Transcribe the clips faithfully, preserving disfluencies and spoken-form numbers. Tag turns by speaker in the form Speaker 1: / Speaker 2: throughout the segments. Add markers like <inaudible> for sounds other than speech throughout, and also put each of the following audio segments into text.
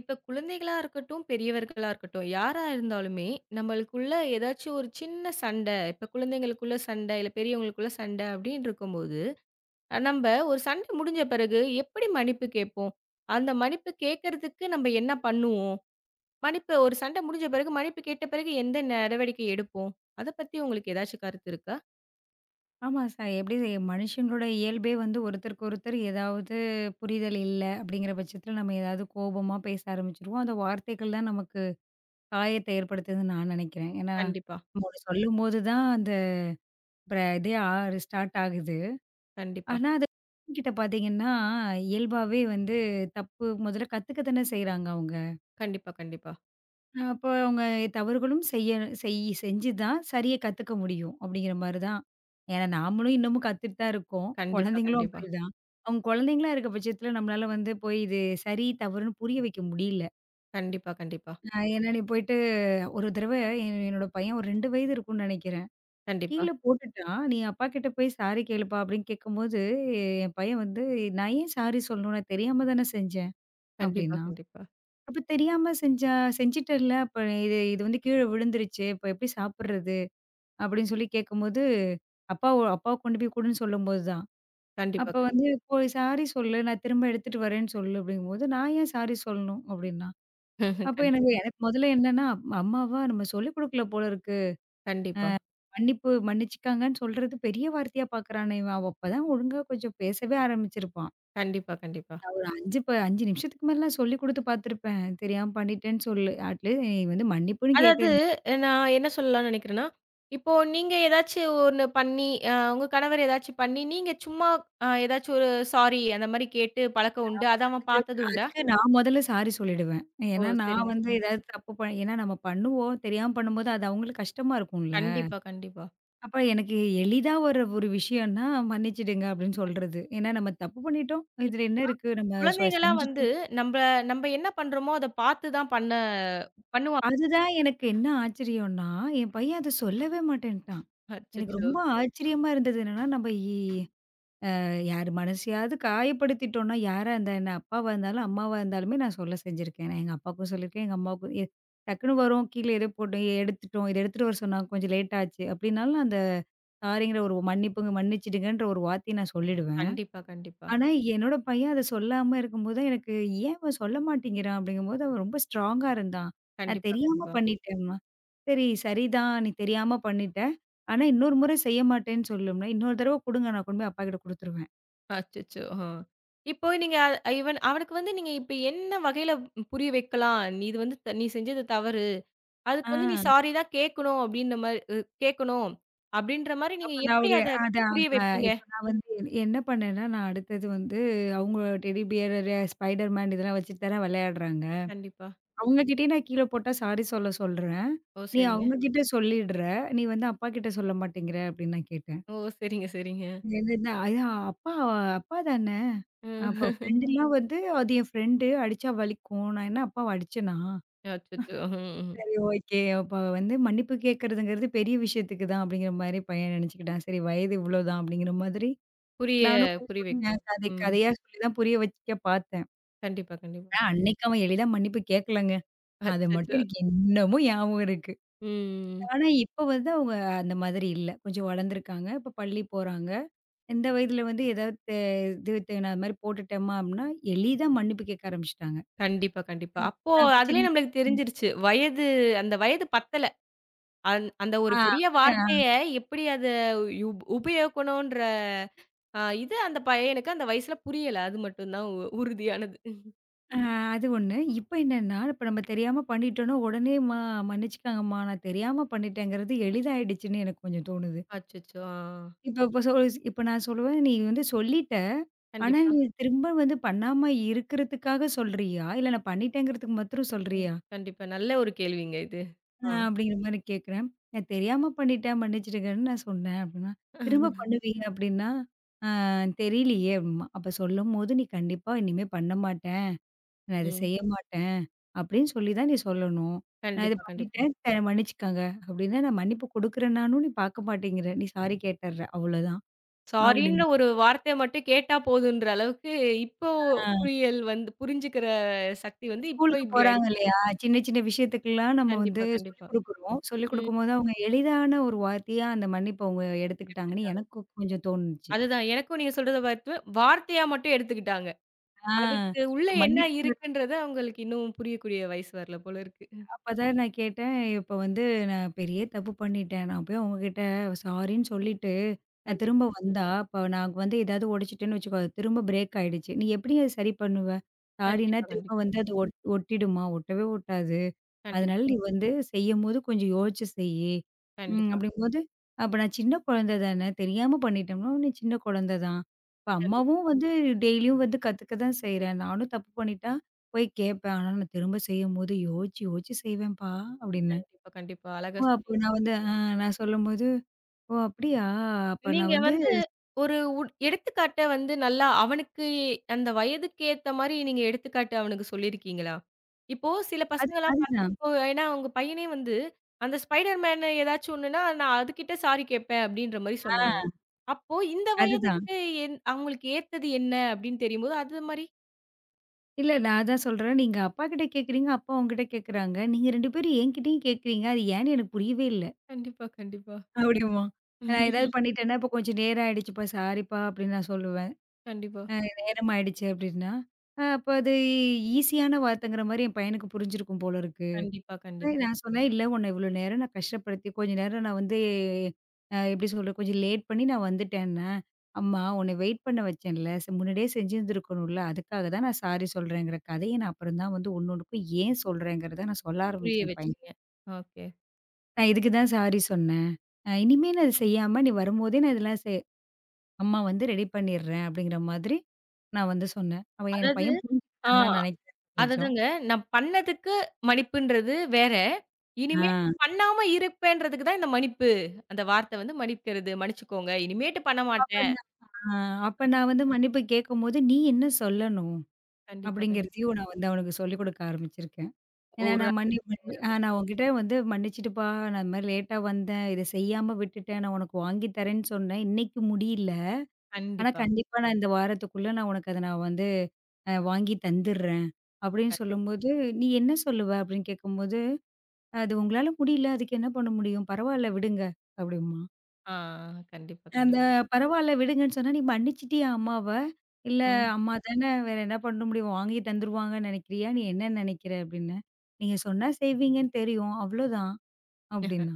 Speaker 1: இப்ப குழந்தைகளா இருக்கட்டும், பெரியவர்களா இருக்கட்டும், யாரா இருந்தாலுமே நம்மளுக்குள்ள ஏதாச்சும் ஒரு சின்ன சண்டை, இப்ப குழந்தைங்களுக்குள்ள சண்டை, இல்ல பெரியவங்களுக்குள்ள சண்டை அப்படின்னு இருக்கும்போது, நம்ப ஒரு சண்டை முடிஞ்ச பிறகு எப்படி மன்னிப்பு கேட்போம்? அந்த மன்னிப்பு கேட்கறதுக்கு நம்ம என்ன பண்ணுவோம்? மன்னிப்பு ஒரு சண்டை முடிஞ்ச பிறகு மன்னிப்பு கேட்ட பிறகு எந்த நடவடிக்கை எடுப்போம்? அத பத்தி உங்களுக்கு ஏதாச்சும் கருத்து இருக்கா?
Speaker 2: ஆமா சார். எப்படி மனுஷங்களோட இயல்பே வந்து ஒருத்தருக்கு ஒருத்தர் ஏதாவது புரிதல் இல்ல அப்படிங்கிற பட்சத்துல நம்ம ஏதாவது கோபமா பேச ஆரம்பிச்சுருவோம். அந்த வார்த்தைகள் தான் நமக்கு காயத்தை ஏற்படுத்துதுன்னு நான் நினைக்கிறேன். ஏன்னா,
Speaker 1: கண்டிப்பா,
Speaker 2: நம்ம ஒண்ணு சொல்லும்போது தான் அந்த பிர இதே ஆ ஸ்டார்ட் ஆகுது.
Speaker 1: கண்டிப்பா,
Speaker 2: ஆனா, அது கிட்ட பார்த்தீங்கன்னா, இயல்பாவே வந்து தப்பு முதல்ல கத்துக்க தானே செய்றாங்க அவங்க.
Speaker 1: கண்டிப்பா, கண்டிப்பா,
Speaker 2: அ அப்போ அவங்க தவறுகளும் செய்ய செய் செஞ்சு தான் சரியா கத்துக்க முடியும், அப்படிங்கிற மாரி தான். ஏன்னா நாமளும் இன்னமும் கத்துட்டு தான் இருக்கோம்.
Speaker 1: கண்டிப்பா,
Speaker 2: குழந்தைங்களும்
Speaker 1: கண்டிப்பா,
Speaker 2: அப்படிதான். அவங்க குழந்தைங்களா இருக்க பட்சத்துல நம்மளால வந்து போய் இது சரி, தவறுன்னு புரிய வைக்க முடியல.
Speaker 1: கண்டிப்பா, கண்டிப்பா,
Speaker 2: அ ஏன்னா நீ போயிட்டு ஒரு தடவ என் என்னோட பையன் ஒரு ரெண்டு வயது இருக்கும்னு நெனைக்கிறேன்.
Speaker 1: கண்டிப்பா,
Speaker 2: கீழ போட்டுட்டான். "நீ அப்பா கிட்ட போய் சாரி கேளுப்பா" அப்படின்னு கேட்கும்போது, என் பையன் வந்து "நான் ஏன் சாரி சொல்லணும்? நான் தெரியாம தானே செஞ்சேன்"
Speaker 1: கண்டிப்பா,
Speaker 2: அப்படின்னா.
Speaker 1: கண்டிப்பா, கண்டிப்பா,
Speaker 2: அப்ப தெரியாம செஞ்சா செஞ்சுட்டேன்ல. அப்ப இது இது வந்து கீழ விழுந்துருச்சு. இப்ப எப்படி சாப்பிடுறது? அப்படின்னு சொல்லி கேட்கும்போது, அப்பா அப்பாவுக்கு கொண்டு போய் குடுன்னு சொல்லும்போது தான்.
Speaker 1: கண்டிப்பா,
Speaker 2: அப்ப வந்து போய் சாரி சொல்லு. நான் திரும்ப எடுத்துட்டு வரேன்னு சொல்லு அப்படிங்கும்போது, நான் ஏன் சாரி சொல்லணும்? அப்படின்னா. அப்ப எனக்கு
Speaker 1: கண்டிப்பா. <laughs>
Speaker 2: எனக்கு முதல்ல என்னன்னா, அம்- அம்மாவா நம்ம சொல்லிக் குடுக்கல போல இருக்கு.
Speaker 1: கண்டிப்பா
Speaker 2: மன்னிப்பு மன்னிச்சுக்காங்கன்னு சொல்றது பெரிய வார்த்தையா பார்க்குறானே இவன். அவன் அப்பதான் ஒழுங்கா கொஞ்சம் பேசவே ஆரம்பிச்சிருப்பான்.
Speaker 1: கண்டிப்பா, கண்டிப்பா.
Speaker 2: நான் ஒரு அஞ்சு ப அஞ்சு நிமிஷத்துக்கு மேல நான் சொல்லிக் குடுத்து பார்த்துருப்பேன். தெரியாம பண்ணிட்டேன்னு சொல்லு. அட்லீஸ்ட் நீ வந்து மன்னிப்புன்னு கேட்கல.
Speaker 1: அதாவது நான் என்ன சொல்லலாம்னு நெனைக்கிறேன்னா, இப்போ நீங்க ஏதாச்சும் ஒண்ணு பண்ணி, அ உங்க கணவர் ஏதாச்சும் பண்ணி, நீங்க சும்மா அ ஏதாச்சும் ஒரு சாரி அந்த மாரி கேட்டு பழக்கம் உண்டு. அத அவன்
Speaker 2: ம்.
Speaker 1: பார்த்தது உண்டா?
Speaker 2: அதுக்கு நான் முதல்ல சாரி சொல்லிடுவேன்.
Speaker 1: ஓ!
Speaker 2: ஏன்னா நான்
Speaker 1: சரிங்க,
Speaker 2: வந்து
Speaker 1: சரிங்க.
Speaker 2: ஏதாவது தப்பு ப ஏன்னா நம்ம பண்ணுவோம். தெரியாம பண்ணும்போது அது அவங்களுக்கு கஷ்டமா இருக்கும்ல.
Speaker 1: கண்டிப்பா, கண்டிப்பா.
Speaker 2: அப்ப எனக்கு எளிதா ஒரு ஒரு விஷயம்னா மன்னிச்சுடுங்க அப்படின்னு சொல்றது. ஏன்னா நம்ம தப்பு பண்ணிட்டோம். இதுல என்ன இருக்கு? நம்ம சொ
Speaker 1: குழந்தைகள்லாம் வந்து
Speaker 2: செஞ்சுட்டோம்.
Speaker 1: நம்ப நம்ப என்ன பண்றோமோ, அத பார்த்து தான் பண்ண பண்ணுவாங்க.
Speaker 2: அதுதான் எனக்கு என்ன ஆச்சரியம்னா, என் பையன் அத சொல்லவே மாட்டேன்ட்டான். எனக்கு
Speaker 1: அச்சச்சோ!
Speaker 2: ரொம்ப ஆச்சரியமா இருந்தது என்னன்னா, நம்ம இ யார் மனசையாவது காயப்படுத்திட்டோம்னா, யாரா இருந்தா என்ன? அப்பாவா இருந்தாலும், அம்மாவா இருந்தாலுமே நான் சொல்ல செஞ்சிருக்கேன். நான் எங்க அப்பாவுக்கும் சொல்லியிருக்கேன், எங்க அம்மாவுக்கும். எ டக்குனு வரும், கீழ எதோ போட்டு எடுத்துட்டோம். இத எடுத்துட்டு வர சொன்னாங்க, கொஞ்சம் லேட் ஆச்சு அப்டின்னாலும், அந்த சாரிங்கிற ஒரு மன்னிப்புங்க, மன்னிச்சுடுங்கன்ற ஒரு வார்த்தைய நான் சொல்லிடுவேன்.
Speaker 1: கண்டிப்பா, கண்டிப்பா.
Speaker 2: ஆனா, என்னோட பையன் அத சொல்லாம இருக்கும்போது, எனக்கு ஏன் இவன் சொல்ல மாட்டேங்கிறான்? அப்படிங்கும்போது, அவன் ரொம்ப ஸ்ட்ராங்கா இருந்தான். நான்
Speaker 1: கண்டிப்பா,
Speaker 2: தெரியாம
Speaker 1: கண்டிப்பா.
Speaker 2: பண்ணிட்டேம்மா. சரி, சரிதான். நீ தெரியாம பண்ணிட்ட. ஆனா, இன்னொரு முறை செய்ய மாட்டேன்னு சொல்லும்ல. இன்னொரு தடவ குடுங்க, நான் கொண்டு போய் அப்பா கிட்ட குடுத்துருவேன்.
Speaker 1: அச்சச்சோ! அ. இப்போ நீங்க அ இவன் அவனுக்கு வந்து நீங்க இப்ப என்ன வகையில புரிய வைக்கலாம்? நீ "இது வந்து த- நீ செஞ்சது தவறு.
Speaker 2: ஆ.
Speaker 1: அதுக்கு வந்து நீ சாரி தான் கேட்கணும் அப்படின்ற மாரி அ கேட்கணும் அப்படின்ற மாரி நீங்க
Speaker 2: அப்ப நான்
Speaker 1: எப்படி
Speaker 2: ஒரு
Speaker 1: அத
Speaker 2: அதான்,
Speaker 1: புரிய
Speaker 2: அதான்.
Speaker 1: வைப்பீங்க?
Speaker 2: இப்ப நான் வந்து என்- என்ன பண்ணேன்னா, நான் அடுத்தது வந்து அவங்க டெடி பியர், ர ஸ்பைடர் மேன் இதெல்லாம் வச்சுட்டு தானே விளையாடுறாங்க.
Speaker 1: கண்டிப்பா.
Speaker 2: அவங்க கிட்டயும் நான் கீழ போட்டா சாரி சொல்ல சொல்றேன்.
Speaker 1: ஓ!
Speaker 2: நீ
Speaker 1: சரிங்க.
Speaker 2: அவங்க கிட்ட சொல்லிடுற. நீ வந்து அப்பா கிட்ட சொல்ல மாட்டேங்கிற அப்படின்னு நான் கேட்டேன்.
Speaker 1: ஓ! சரிங்க, சரிங்க.
Speaker 2: என்னன்னா, அதான் அப்பா அப்பா தானே. அப்ப
Speaker 1: ம். <laughs>
Speaker 2: ஃப்ரெண்டுலாம் வந்து அது என் ஃப்ரெண்டு அடிச்சா வலிக்கும். நான் என்ன அப்பாவ அடிச்சேனா?
Speaker 1: அச்சச்சோ! ம். ம்.
Speaker 2: சரி ஓகே. அப்ப வந்து மன்னிப்பு கேட்கறதுங்கிறது பெரிய விஷயத்துக்கு தான் அப்படிங்கிற மாரி பையன் நெனச்சுக்கிட்டான். சரி வயது இவ்வளோதான் அப்படிங்கிற மாதிரி.
Speaker 1: புரிய
Speaker 2: நானும் போய்
Speaker 1: புரிய வைக்கணும்.
Speaker 2: சொன்னேன். கதை
Speaker 1: ம்.
Speaker 2: கதையா சொல்லி தான் புரிய வைக்க பார்த்தேன்.
Speaker 1: கண்டிப்பா, கண்டிப்பா.
Speaker 2: ஆனா அன்னைக்கு அவன் எளிதா மன்னிப்பு கேட்கலங்க. அது மட்டும்
Speaker 1: அச்சச்சோ!
Speaker 2: எனக்கு இன்னமும் ஞாபகம் இருக்கு.
Speaker 1: ம்.
Speaker 2: ஆனா இப்ப வந்து அவங்க அந்த மாதிரி இல்ல. கொஞ்சம் வளர்ந்துருக்காங்க. இப்ப பள்ளி போறாங்க. இந்த வயதுல வந்து ஏதாவது தே இது தே நான் அது மாரி போட்டுட்டேம்மா அப்டின்னா, எளிதா மன்னிப்பு கேட்க ஆரம்பிச்சுட்டாங்க.
Speaker 1: கண்டிப்பா, கண்டிப்பா. அப்போ
Speaker 2: நான் அப்ப சின்ன
Speaker 1: அதுலயே நம்மளுக்கு
Speaker 2: ம்.
Speaker 1: தெரிஞ்சிருச்சு. வயது அந்த வயது பத்தல. அந் அந்த ஒரு
Speaker 2: ஆ
Speaker 1: பெரிய
Speaker 2: அதான்.
Speaker 1: வார்த்தைய எப்படி அத யு உபயோகிக்கணுன்ற அ இது அந்த பையனுக்கு அந்த வயசுல புரியல. அது மட்டும் தான் உ உறுதியானது.
Speaker 2: ஆ அது ஒண்ணு. இப்ப என்னன்னா, இப்ப நம்ம தெரியாம பண்ணிட்டோம்னா, உடனேம்மா மன்னிச்சுக்கங்கம்மா நான் தெரியாம பண்ணிட்டேங்கிறது எளிதாயிடுச்சுன்னு எனக்கு கொஞ்சம் தோணுது.
Speaker 1: அச்சச்சோ! ஆ.
Speaker 2: இப்ப இப்ப சொ இப்ப நான் சொல்லுவேன், "நீ வந்து சொல்லிட்ட. ஆனா,
Speaker 1: கண்டிப்பா,
Speaker 2: நீ திரும்ப வந்து பண்ணாம இருக்கிறதுக்காக சொல்றியா? இல்ல நான் பண்ணிட்டேங்கிறதுக்கு மாத்திரம் சொல்றியா?"
Speaker 1: கண்டிப்பா. நல்ல ஒரு கேள்விங்க இது.
Speaker 2: அ
Speaker 1: ஆ.
Speaker 2: அப்படிங்கிற மாரி கேட்கிறேன். "நான் தெரியாம பண்ணிட்டேன், மன்னிச்சிடுங்கன்னு நான் சொன்னேன்" அப்படின்னா, "திரும்ப பண்ணுவீங்க அப்படின்னா?" "ஆ தெரியலையே" அப்படிம்பா. "அப்ப சொல்லும்போது நீ கண்டிப்பா இனிமே பண்ண மாட்டேன், நான் இத
Speaker 1: ம்.
Speaker 2: செய்ய மாட்டேன்" அப்படின்னு சொல்லி தான் நீ சொல்லணும். "நான் இத
Speaker 1: கண்டிப்பா, கண்டிப்பா.
Speaker 2: பண்ணிட்டேன், த மன்னிச்சுக்கங்க" அப்படின்னா, "நான் மன்னிப்பு கொடுக்குறேனான்னும் நீ பார்க்க மாட்டேங்கிற. நீ சாரி கேட்டர்ற அவ்வளோதான்"
Speaker 1: சாரின்ற
Speaker 2: அப்படின்னு.
Speaker 1: ஒரு வார்த்தைய மட்டும் கேட்டா போதுன்ற அளவுக்கு, இப்போ
Speaker 2: ஆ.
Speaker 1: புரியல் வந்து புரிஞ்சுக்கிற சக்தி
Speaker 2: இப்ப
Speaker 1: வந்து இப்போ
Speaker 2: ஸ்கூலுக்கு
Speaker 1: இப்டி
Speaker 2: போறாங்க
Speaker 1: ஆயிடுச்சு.
Speaker 2: இல்லையா? சின்ன சின்ன விஷயத்துக்கெல்லாம் நம்ம வந்து
Speaker 1: கண்டிப்பா, கண்டிப்பா.
Speaker 2: சொல்லிக் குடுக்குறோம். சொல்லிக்
Speaker 1: ம்.
Speaker 2: குடுக்கும்போது அவங்க எளிதான ஒரு வார்த்தையா அந்த மன்னிப்ப அவங்க எடுத்துக்கிட்டாங்கன்னு
Speaker 1: எடுத்துட்டாங்க.
Speaker 2: எனக்கு கொஞ்சம் தோணுச்சு.
Speaker 1: அதுதான் எனக்கும் நீங்க சொல்றத பார்த்து வார்த்தையா மட்டும் எடுத்துக்கிட்டாங்க.
Speaker 2: ஆ.
Speaker 1: அதுக்கு உள்ள என்ன
Speaker 2: மன்னிப்பு
Speaker 1: இருக்குன்றத அவங்களுக்கு இன்னும் புரியக்கூடிய வயசு வரல போல இருக்கு.
Speaker 2: அப்பதான் நான் கேட்டேன், "இப்ப வந்து நான் பெரிய தப்பு பண்ணிட்டேன். நான் போய் அவங்ககிட்ட சாரின்னு சொல்லிட்டு, நான் திரும்ப
Speaker 1: கண்டிப்பா,
Speaker 2: வந்தா, இப்ப நான் வந்து ஏதாவது உடைச்சிட்டேன்னு வச்சுக்கோ, அது திரும்ப பிரேக் ஆயிடுச்சு. நீ எப்படி அத சரி பண்ணுவ? சாரின்னா
Speaker 1: கண்டிப்பா,
Speaker 2: திரும்ப
Speaker 1: கண்டிப்பா,
Speaker 2: வந்து அது ஒட் ஒட்டிடுமா? ஒட்டவே ஒட்டாது. அதனால
Speaker 1: கண்டிப்பா,
Speaker 2: நீ வந்து செய்யும்போது கொஞ்சம் யோசிச்சு செய்யி." ம்.
Speaker 1: கண்டிப்பா, கண்டிப்பா,
Speaker 2: அப்படிங்கும்போது, அப்ப நான் சின்ன குழந்தை தானே, தெரியாம பண்ணிட்டோம்னா, "நீ சின்ன குழந்தை தான்." இப்ப
Speaker 1: கண்டிப்பா,
Speaker 2: அம்மாவும் வந்து டெய்லியும் வந்து கத்துக்க தான் செய்றேன். நானும் தப்பு பண்ணிட்டா, போய் கேட்பேன். ஆனா நான் திரும்ப செய்யும்போது யோசிச்சு யோசிச்சு செய்வேன்ப்பா அப்டின்னேன்.
Speaker 1: கண்டிப்பா. கண்டிப்பா.
Speaker 2: ஓ!
Speaker 1: அழகா
Speaker 2: அப்போ
Speaker 1: சொன்னீங்க.
Speaker 2: நான் வந்து ஆ நான் சொல்லும்போது, "ஓ! அப்படியா? அப்ப நான்
Speaker 1: நீங்க
Speaker 2: வந்து"
Speaker 1: வந்து ஒரு உட் எடுத்துக்காட்ட வந்து நல்லா அவனுக்கு அந்த வயதுக்கு ஏத்த மாரி நீங்க எடுத்துக்காட்டு அவனுக்கு சொல்லியிருக்கீங்களா? இப்போ சில
Speaker 2: அது
Speaker 1: பசங்கலாம் பாத்
Speaker 2: அதுதான்.
Speaker 1: இப்போ ஏன்னா உங்க பையனே வந்து, அந்த ஸ்பைடர் மேன் ஏதாச்சும் ஒண்ணுன்னா, நான் அதுகிட்ட சாரி கேட்பேன் அப்படின்ற மாரி சொன்னாங்க.
Speaker 2: ஆ
Speaker 1: அப்போ இந்த
Speaker 2: அதுதான்.
Speaker 1: வயதுக்கு என் அவங்களுக்கு ஏத்தது என்ன அப்படின்னு தெரியும்போது, அது மாரி
Speaker 2: இல்ல நான் அதான் சொல்றேன். நீங்க அப்பாகிட்ட கேட்கிறீங்க, அப்பா உங்ககிட்ட கேட்கறாங்க. நீங்க ரெண்டு பேரும் என்கிட்டயும் கேட்கிறீங்க. அது ஏன்னு எனக்கு புரியவே இல்ல.
Speaker 1: கண்டிப்பா, கண்டிப்பா.
Speaker 2: அப்படிம்பான். நான் ஏதாவது
Speaker 1: <laughs>
Speaker 2: பண்ணிட்டேன்னா, "இப்ப கொஞ்சம் நேரம் ஆயிடுச்சுப்பா, சாரிப்பா" அப்படின்னு நான் சொல்லுவேன்.
Speaker 1: கண்டிப்பா,
Speaker 2: அ நேரம் ஆயிடுச்சு அப்படின்னா, அ அப்ப அது ஈஸியான வார்த்தைங்கிற மாரி என் பையனுக்கு புரிஞ்சிருக்கும் போல இருக்கு.
Speaker 1: கண்டிப்பா, கண்டிப்பா.
Speaker 2: அதான் நான் சொன்னேன், "இல்ல உன்ன இவ்வளோ நேரம் நான் கஷ்டப்படுத்தி, கொஞ்ச நேரம் நான் வந்து அ எப்படி சொல்றது? கொஞ்சம் லேட் பண்ணி நான் வந்துட்டேன்னேன்." "அம்மா உன்ன வெயிட் பண்ண வச்சேன்ல. ச முன்னாடியே செஞ்சிருந்துருக்கணும்ல. அதுக்காக தான் நான் சாரி சொல்றேங்கிற கதைய நான் அப்புறம் தான் வந்து ஒண்ணு ஒண்ணுக்கும் ஏன் சொல்றேங்கிறத நான் சொல்ல
Speaker 1: புரிய
Speaker 2: ஆரம்பிச்சேன் என் பையன்.
Speaker 1: வச்சீங்க. ஓகே.
Speaker 2: நான் இதுக்கு தான் சாரி சொன்னேன். அ இனிமே நான் இத செய்யாம நீ வரும்போதே நான் இதெல்லாம் செ அம்மா வந்து ரெடி பண்ணிடுறேன்." அப்படிங்கிற மாதிரி நான் வந்து சொன்னேன். அவன் என்
Speaker 1: அதாவது
Speaker 2: பையன்
Speaker 1: ஆ.
Speaker 2: புரிஞ்சுக்கிட்டான்னு தான் நெனைக்கிறேன் கொஞ்சம்.
Speaker 1: அததுங்க நான் பண்ணதுக்கு மன்னிப்புன்றது வேற.
Speaker 2: ஆ
Speaker 1: இனிமேட்டு பண்ணாம இருப்பேன்றதுக்கு தான் இந்த மன்னிப்பு. அந்த வார்த்த வந்து மன்னிக்கிறது. மன்னிச்சுக்கோங்க. இனிமேட்டு பண்ண
Speaker 2: அப்ப
Speaker 1: மாட்டேன்.
Speaker 2: நான் ஆ அப்ப நான் வந்து மன்னிப்பு கேட்கும்போது, "நீ என்ன சொல்லணும்?"
Speaker 1: கண்டிப்பா, கண்டிப்பா.
Speaker 2: அப்படிங்கிறதையும் நான் வந்து அவனுக்கு சொல்லிக் கொடுக்க ஆரம்பிச்சிருக்கேன். ஏன்னா
Speaker 1: ஒரு
Speaker 2: நான் மன்னி ம். மன்னி
Speaker 1: நாள்
Speaker 2: ஆ நான் உன்கிட்ட வந்து மன்னிச்சுடுப்பா, நான் இந்த மாரி லேட்டா வந்தேன். இத செய்யாம விட்டுட்டேன். நான் உனக்கு வாங்கி தரேன்னு சொன்னேன். இன்னைக்கு முடியல. ஆனா
Speaker 1: கண்டிப்பா.
Speaker 2: கண்டிப்பா நான் இந்த வாரத்துக்குள்ள நான் உனக்கு அத நான் வந்து அ வாங்கி தந்துர்றேன். அப்படின்னு
Speaker 1: கண்
Speaker 2: சொல்லும்போது, "நீ என்ன சொல்லுவ?" அப்படின்னு கேட்கும்போது, "அது உங்களால முடியல. அதுக்கு என்ன பண்ண முடியும்? பரவால்ல விடுங்க." அப்படிம்பா.
Speaker 1: ஆ கண்டிப்பா,
Speaker 2: அந்த
Speaker 1: கண்டிப்பா.
Speaker 2: பரவால்ல விடுங்கன்னு சொன்னா, "நீ மன்னிச்சுட்டியா அம்மாவ? இல்ல
Speaker 1: ம்.
Speaker 2: அம்மா தானே வேற என்ன பண்ண முடியும்? வாங்கி தந்துருவாங்கன்னு நெனைக்கிறியா? நீ என்ன நெனைக்கிற?" அப்டின்னேன். "நீங்க சொன்னா செய்வீங்கன்னு தெரியும். அவ்ளோதான்" அப்டின்னா.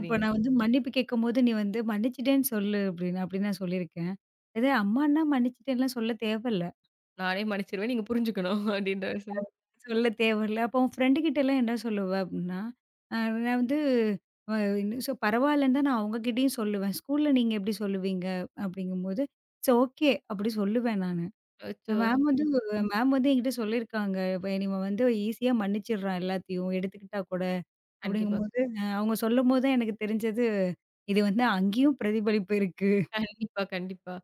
Speaker 2: அப்ப நான் வந்து மன்னிப்பு கேட்கும்போது, "நீ வந்து மன்னிச்சுட்டேன்னு சொல்லு" அப்டின்னு அப்டி நான் சொல்லியிருக்கேன். "இது அம்மான்னா மன்னிச்சுட்டேன்லாம் சொல்ல தேவல்ல."
Speaker 1: நானே மன்னிச்சுருவேன். நீங்க புரிஞ்சுக்கணும் <laughs> அப்டின்ற மாரி சொல்லி.
Speaker 2: சொல்ல தேவையில்ல. அப்போ உன் ஃப்ரெண்டு கிட்டலாம் என்ன சொல்லுவ அப்டின்னா, அ நான் வந்து வ சோ பரவாயில்லன்னு தான் நான் அவங்ககிட்டயும் சொல்லுவேன். ஸ்கூல்ல நீங்க எப்படி சொல்லுவீங்க? அப்படிங்கும்போது, "இட்ஸ் ஓகே" அப்படி சொல்லுவேன் நானு.
Speaker 1: அச்சோ!
Speaker 2: மேம் வந்து
Speaker 1: ம்.
Speaker 2: மேம் வந்து என்கிட்ட சொல்லியிருக்காங்க. "இப்ப இவன் வந்து ஈஸியா மன்னிச்சிடுறான் எல்லாத்தையும், எடுத்துக்கிட்டா கூட"
Speaker 1: கண்டிப்பா.
Speaker 2: அப்படிங்கும்போது அ அவங்க சொல்லும்போது தான் எனக்கு தெரிஞ்சது, இது வந்து அங்கேயும் பிரதிபலிப்பு இருக்கு.
Speaker 1: கண்டிப்பா, கண்டிப்பா.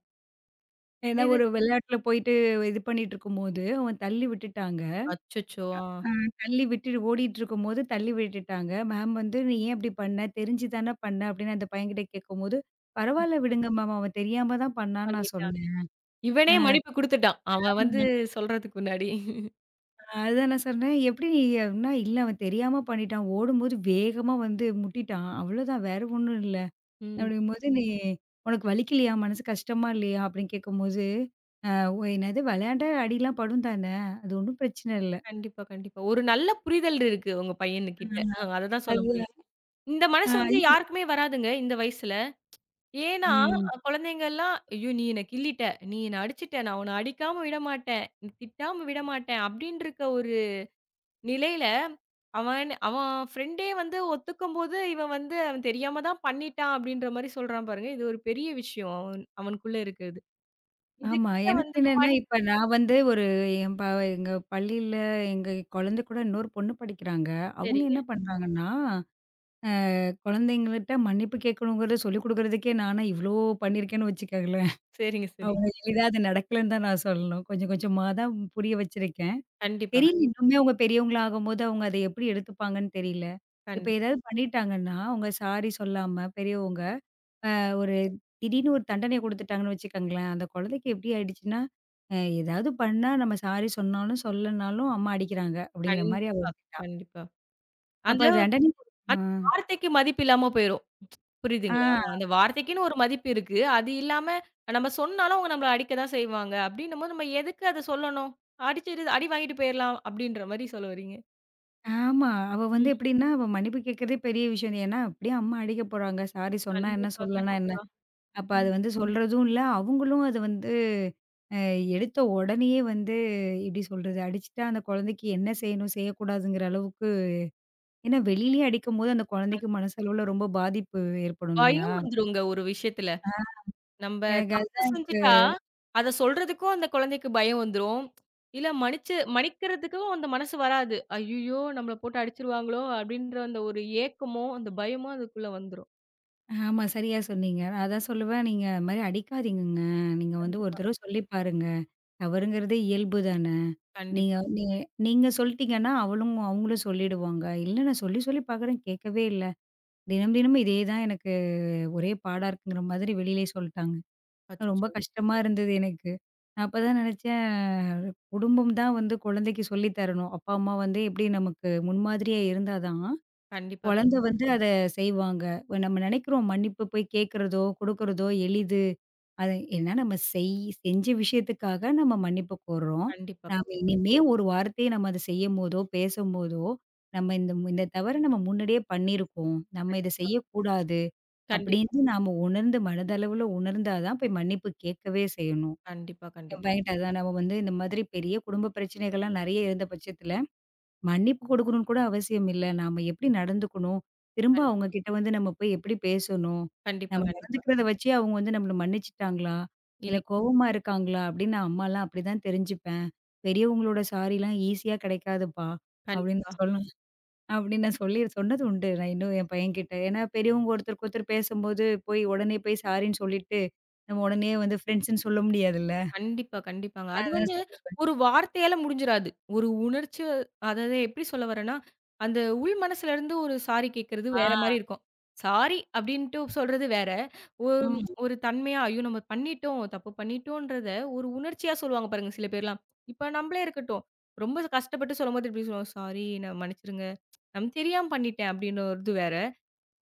Speaker 2: ஏன்னா
Speaker 1: இது
Speaker 2: ஒரு விளையாட்டுல போயிட்டு இது பண்ணிட்டு இருக்கும்போது, அவங்க தள்ளி விட்டுட்டாங்க.
Speaker 1: அச்சச்சோ! ஆ
Speaker 2: ஆ தள்ளி விட்டுட்டு ஓடிட்டுருக்கும்போது தள்ளி விட்டுட்டாங்க. மேம் வந்து "நீ ஏன் இப்படி பண்ண? தெரிஞ்சு தான பண்ண." அப்படின்னு அந்த பையன்கிட்ட கேட்கும்போது, "பரவால்ல விடுங்க மேம். அவன் தெரியாம தான் பண்ணான்னு நான்
Speaker 1: பண்ணிட்டான்.
Speaker 2: சொன்னேன்."
Speaker 1: இவனே
Speaker 2: அ
Speaker 1: மன்னிப்பு குடுத்துட்டான். அவன் வந்து
Speaker 2: ஆமாங்க.
Speaker 1: சொல்றதுக்கு முன்னாடி.
Speaker 2: அதுதான் நான் சொன்னேன். "எப்படி நீ?" அப்படின்னா, "இல்ல அவன் தெரியாம பண்ணிட்டான். ஓடும்போது வேகமா வந்து முட்டிட்டான். அவ்வளோதான் வேற ஒண்ணும் இல்ல."
Speaker 1: ம்.
Speaker 2: அப்படிங்கும்போது, "நீ உனக்கு வலிக்கலையா? மனசு கஷ்டமா இல்லையா?" அப்படின்னு கேட்கும்போது, அ "ஓ என்னது விளையாண்டா அடிலாம் படும் தானே! அது ஒண்ணும் பிரச்சனை இல்ல."
Speaker 1: கண்டிப்பா, கண்டிப்பா. ஒரு நல்ல புரிதல் இருக்கு உங்க பையனுகிட்ட.
Speaker 2: ம்.
Speaker 1: அ அததான் சொல்ல
Speaker 2: அது
Speaker 1: முடியும். இந்த மனசு
Speaker 2: அ
Speaker 1: வந்து யாருக்குமே வராதுங்க, இந்த வயசுல. ஏன்னா,
Speaker 2: ம்.
Speaker 1: அ குழந்தைங்கலாம், "ஐயோ! நீ என்ன கிள்ளிட்ட, நீ என்ன அடிச்சுட்ட, நான் உன்ன அடிக்காம விடமாட்டேன், நீ திட்டாம விடமாட்டேன்" அப்டின்னு இருக்க ஒரு நிலையில, அவன் அவன் ஃப்ரெண்டே வந்து ஒத்துக்கும்போது, இவன் வந்து "அவன் தெரியாம தான் பண்ணிட்டான்" அப்டின்ற மாரி சொல்றான் பாருங்க. இது ஒரு பெரிய விஷயம் அவன் அவனுக்குள்ள இருக்கிறது.
Speaker 2: ஆமா.
Speaker 1: இதுகிட்ட
Speaker 2: எனக்கு
Speaker 1: வந்து இந்த
Speaker 2: என்னன்னா,
Speaker 1: மனி
Speaker 2: இப்ப நான் வந்து ஒரு என் ப எங்க பள்ளியில எங்க குழந்தை கூட இன்னொரு பொண்ணு படிக்கிறாங்க. அவங்க
Speaker 1: சரிங்க,
Speaker 2: என்ன பண்றாங்கன்னா, அ குழந்தைங்கள்ட்ட மன்னிப்பு கேட்கணுங்கிறத சொல்லிக் குடுக்குறதுக்கே நானா இவ்ளோ பண்ணியிருக்கேன்னு வச்சுக்கங்களேன்.
Speaker 1: சரிங்க, சரிங்க.
Speaker 2: அவ்ளோ எளிதா அது நடக்கலன்னு தான் நான் சொல்லணும். கொஞ்சம் கொஞ்சமா தான் புரிய வச்சிருக்கேன்.
Speaker 1: கண்டிப்பா,
Speaker 2: தெரியல இன்னுமே அவங்க பெரியவங்களா ஆகும்போது அவங்க அத எப்படி எடுத்துப்பாங்கன்னு தெரியல. இப்ப
Speaker 1: கண்டிப்பா,
Speaker 2: ஏதாவது பண்ணிட்டாங்கன்னா, அவங்க சாரி சொல்லாம பெரியவங்க ஒரு திடீர்னு ஒரு தண்டனை குடுத்துட்டாங்கன்னு வச்சுக்கோங்களேன், அந்த குழந்தைக்கு எப்படி ஆயிடுச்சுன்னா, அ ஏதாவது பண்ணா நம்ம சாரி சொன்னாலும், சொல்லனாலும் அம்மா அடிக்கிறாங்க அப்படிங்கிற மாரி அவ
Speaker 1: கண்டிப்பா,
Speaker 2: எடுத்துட்டா.
Speaker 1: கண்டிப்பா.
Speaker 2: அப்ப
Speaker 1: அந்த
Speaker 2: அது தண்டனை ஆ.
Speaker 1: அந்த வார்த்தைக்கு மதிப்பு இல்லாம போயிரும்.
Speaker 2: ஆ.
Speaker 1: புரியுதுங்களா? அந்த வார்த்தைக்குன்னு ஒரு மதிப்பு இருக்கு. அது இல்லாம நம்ம சொன்னாலும் அவங்க நம்மள அடிக்க தான் செய்வாங்க. அப்டின்னும்போது நம்ம எதுக்கு அத சொல்லணும்? அடிச்சிட்டு அடி வாங்கிட்டு போயிரலாம் அப்டின்ற மாரி சொல்ல வரீங்க.
Speaker 2: ஆமா. அவ வந்து
Speaker 1: ம்.
Speaker 2: எப்படின்னா, அவ மன்னிப்பு கேட்கிறதே பெரிய விஷயம். ஏன்னா, அப்படியே அம்மா அடிக்க போறாங்க. சாரி சொன்னா என்ன?
Speaker 1: கண்டிப்பா,
Speaker 2: சொல்லனா என்ன?
Speaker 1: கண்டிப்பா.
Speaker 2: அப்ப அது
Speaker 1: ம்.
Speaker 2: வந்து சொல்றதும் இல்ல. அவங்களும் அது வந்து அ எடுத்த உடனேயே வந்து எப்படி சொல்றது? அடிச்சுட்டா அந்த குழந்தைக்கு என்ன செய்யணும்? செய்யக்கூடாதுங்கிற அளவுக்கு ஏன்னா வெளியிலயே அடிக்கும்போது அந்த குழந்தைக்கு மனசளவுல ரொம்ப பாதிப்பு ஏற்படும் இல்லையா?
Speaker 1: பயம் வந்துருங்க ஒரு விஷயத்துல. நம்ப
Speaker 2: எனக்கு
Speaker 1: தப்பு
Speaker 2: அதுதான் எனக்கு
Speaker 1: செஞ்சுட்டா, அத சொல்றதுக்கும் அந்த குழந்தைக்கு பயம் வந்துரும். இல்ல மன்னிச்சு மன்னிக்கிறதுக்கும் அந்த மனசு வராது. ஐய்யயோ! நம்மள போட்டு அடிச்சுருவாங்களோ! அப்டின்ற அந்த ஒரு ஏக்கமோ, அந்த பயமோ அதுக்குள்ள வந்துரும்.
Speaker 2: ஆமா சரியா சொன்னீங்க. நான் அதான் சொல்லுவேன், "நீங்க அது மாரி அடிக்காதீங்கங்க. நீங்க வந்து ஒரு
Speaker 1: கண்டிப்பா,
Speaker 2: தடவ சொல்லி பாருங்க. தவறுங்கிறதே இயல்பு தான. நீங்க
Speaker 1: கண்டிப்பா.
Speaker 2: நீ நீங்க சொல்லிட்டீங்கன்னா, அவளும் அவங்களும் சொல்லிடுவாங்க. இல்ல நான் சொல்லி சொல்லி பார்க்குறேன் கேட்கவே இல்ல. தினம் தினமும் இதே தான் எனக்கு ஒரே பாடா இருக்குங்கிற மாதிரி" வெளியிலயே சொல்ட்டாங்க. ரொம்ப
Speaker 1: அச்சச்சோ!
Speaker 2: கஷ்டமா இருந்தது எனக்கு. நான் அப்பதான் நெனச்சேன், குடும்பம் தான் வந்து குழந்தைக்கு சொல்லி தரணும். அப்பா, அம்மா வந்து எப்படி நமக்கு முன்மாதிரியா இருந்தா தான்,
Speaker 1: கண்டிப்பா,
Speaker 2: குழந்தை
Speaker 1: கண்டிப்பா.
Speaker 2: வந்து அத செய்வாங்க. இப்ப நம்ம நினைக்கிறோம் மன்னிப்பு போய் கேட்கிறதோ, கொடுக்கிறதோ எளிது. அது ஏன்னா நம்ம செய் செஞ்ச விஷயத்துக்காக நம்ம மன்னிப்பு கோர்றோம்.
Speaker 1: கண்டிப்பா,
Speaker 2: நாம
Speaker 1: கண்டிப்பா.
Speaker 2: இனிமே ஒரு வார்த்தையை நம்ம அத செய்யும்போதோ, பேசும்போதோ, நம்ம இந்த இந்த தவற நம்ம முன்னாடியே பண்ணியிருக்கோம். நம்ம இத
Speaker 1: கண்டிப்பா.
Speaker 2: செய்யக்கூடாது.
Speaker 1: கண்டிப்பா.
Speaker 2: அப்படின்னு நாம உணர்ந்து மனதளவுல உணர்ந்தா தான் போய் மன்னிப்பு கேட்கவே செய்யணும்.
Speaker 1: கண்டிப்பா,
Speaker 2: என்
Speaker 1: கண்டிப்பா.
Speaker 2: பையன்ட்ட அதான் நம்ம வந்து இந்த மாதிரி பெரிய குடும்ப பிரச்சனைகள்லாம் நெறைய இருந்த பட்சத்தில மன்னிப்பு கொடுக்கணும்னு கூட அவசியம் இல்ல. நாம எப்படி நடந்துக்கணும்? திரும்ப அவங்க
Speaker 1: கண்டிப்பா.
Speaker 2: கிட்ட வந்து நம்ம போய் எப்படி பேசணும்?
Speaker 1: கண்டிப்பா,
Speaker 2: நம்ம
Speaker 1: கண்டிப்பா.
Speaker 2: நடந்துக்கிறத வச்சே அவங்க வந்து நம்மள மன்னிச்சுட்டாங்களா? இல்ல
Speaker 1: இல்
Speaker 2: கோவமா இருக்காங்களா? அப்படின்னு நான் அம்மாலாம் அப்படிதான் தெரிஞ்சுப்பேன். பெரியவங்களோட சாரிலாம் ஈஸியா கிடைக்காதுப்பா. அப்படின்னு
Speaker 1: கண்டிப்பா.
Speaker 2: நான் சொன்னேன் அப்படின்னு நான் சொல்லி சொன்னது உண்டு. நான் இன்னும் என் பையன்கிட்ட. ஏன்னா பெரியவங்க ஒருத்தருக்கு ஒருத்தர் பேசும்போது போய் உடனே போய் சாரின்னு சொல்லிட்டு, நம்ம உடனே வந்து ஃப்ரெண்ட்ஸ்ன்னு சொல்ல முடியாதுல்ல.
Speaker 1: கண்டிப்பா, கண்டிப்பாங்க.
Speaker 2: நான்
Speaker 1: அது
Speaker 2: அதான்
Speaker 1: வந்து
Speaker 2: சொல்லுவேன்.
Speaker 1: ஒரு வார்த்தையால முடிஞ்சிராது. ஒரு உணர்ச்சி அதாவது எப்படி சொல்ல வரேன்னா, அந்த உள் மனசுல இருந்து ஒரு சாரி கேட்கறது
Speaker 2: ஆ.
Speaker 1: வேற மாரி இருக்கும். சாரி அப்டின்ட்டு சொல்றது வேற. ஒரு
Speaker 2: ம்.
Speaker 1: ஒரு தன்மையா, ஐயோ! நம்ம பண்ணிட்டோம், தப்பு பண்ணிட்டோன்றத ஒரு உணர்ச்சியா சொல்லுவாங்க பாருங்க சில பேர்லாம். இப்ப நம்பளே இருக்கட்டும். ரொம்ப கஷ்டப்பட்டு சொல்லும்போது இப்டி சொல்லுவோம், சாரி நான் மன்னிச்சுருங்க. நம்ம தெரியாம பண்ணிட்டேன் அப்டின்னு இது வேற.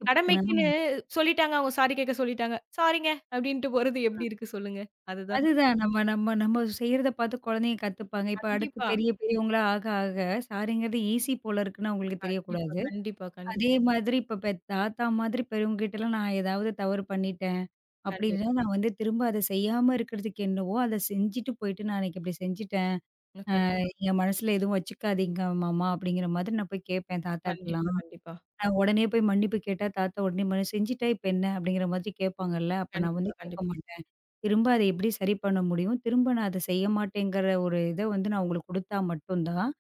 Speaker 1: கடமைக்குன்னு
Speaker 2: ஆமா.
Speaker 1: சொல்லிட்டாங்க, அவங்க சாரி கேட்க சொல்லிட்டாங்க. சாரிங்க அப்டின்ட்டு போறது எப்டி இருக்கு சொல்லுங்க? அதுதான்
Speaker 2: அதுதான். நம்ம நம்ம நம்ம செய்றத பார்த்து குழந்தைங்க கத்துப்பாங்க. இப்ப அடுத்து
Speaker 1: கண்டிப்பா.
Speaker 2: பெரிய பெரியவங்களா ஆக ஆக, சாரிங்கிறது ஈஸி போல இருக்குன்னு அவங்களுக்கு
Speaker 1: கண்டிப்பா,
Speaker 2: தெரியக்கூடாது.
Speaker 1: கண்டிப்பா,
Speaker 2: அதே
Speaker 1: கண்டிப்பா,
Speaker 2: மாதிரி இப்ப பெத் தாத்தா மாதிரி பெரியவங்ககிட்டலாம் நான் ஏதாவது தவறு பண்ணிட்டேன் அப்படின்னா,
Speaker 1: கண்டிப்பா.
Speaker 2: நான் வந்து திரும்ப அத செய்யாம இருக்கிறதுக்கு என்னவோ, அத செஞ்சுட்டு போயிட்டு, "நான் அன்னைக்கு இப்படி செஞ்சுட்டேன்.
Speaker 1: ம் கண்டிப்பா,
Speaker 2: நீங்க மனசுல எதுவும் வச்சுக்காதீங்க மாமா" அப்படிங்கிற மாதிரி நான் போய் கேட்பேன் தாத்தாட்டலாம்.
Speaker 1: கண்டிப்பா, கண்டிப்பா,
Speaker 2: அ உடனே போய் மன்னிப்பு கேட்டா, தாத்தா உடனே மன்னி "செஞ்சுட்டா இப்ப என்ன?" அப்படிங்கிற மாதிரி கேட்பாங்கல்ல. அப்ப நான் வந்து
Speaker 1: கண்டிப்பா,
Speaker 2: கேட்க
Speaker 1: கண்டிப்பா,
Speaker 2: மாட்டேன். திரும்ப அத எப்படி சரி பண்ண முடியும்? திரும்ப நான் அத செய்ய மாட்டேங்கிற ஒரு இத வந்து நான் அவங்களுக்கு குடுத்தா மட்டும் தான்,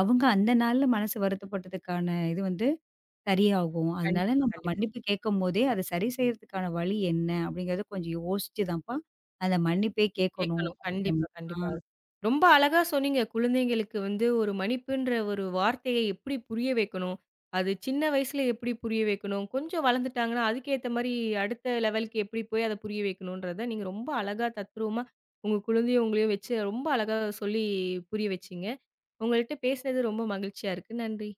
Speaker 2: அவங்க அந்த நாள்ல மனசு வருத்தப்பட்டதுக்கான இது வந்து சரியாகும். அதனால
Speaker 1: கண்டிப்பா,
Speaker 2: நம்ம
Speaker 1: கண்டிப்பா.
Speaker 2: மன்னிப்பு கேட்கும்போதே, அத சரி செய்றதுக்கான வழி என்ன? அப்படிங்கிறத கொஞ்சம் யோசிச்சு தான்ப்பா, அந்த மன்னிப்பே கேட்கணும்
Speaker 1: கேட்கணும்.
Speaker 2: அப்படிங்கிற மா
Speaker 1: கண்டிப்பா,
Speaker 2: ஆ
Speaker 1: கண்டிப்பா. ரொம்ப அழகா சொன்னீங்க. குழந்தைங்களுக்கு வந்து ஒரு மன்னிப்புன்ற ஒரு வார்த்தைய எப்படி புரிய வைக்கணும்? அது சின்ன வயசுல எப்படி புரிய வைக்கணும்? கொஞ்சம் வளர்ந்துட்டாங்கன்னா, அதுக்கேத்த மாரி அடுத்த லெவலுக்கு எப்படி போய் அத புரிய வைக்கணுன்றத நீங்க ரொம்ப அழகா தத்ரூவமா உங்க குழந்தையும் உங்களையும் வச்சு ரொம்ப அழகா சொல்லி புரிய வச்சீங்க. உங்கள்ட்ட பேசினது ரொம்ப மகிழ்ச்சியா இருக்கு. நன்றி.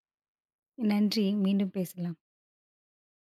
Speaker 2: நன்றி. மீண்டும் பேசலாம்.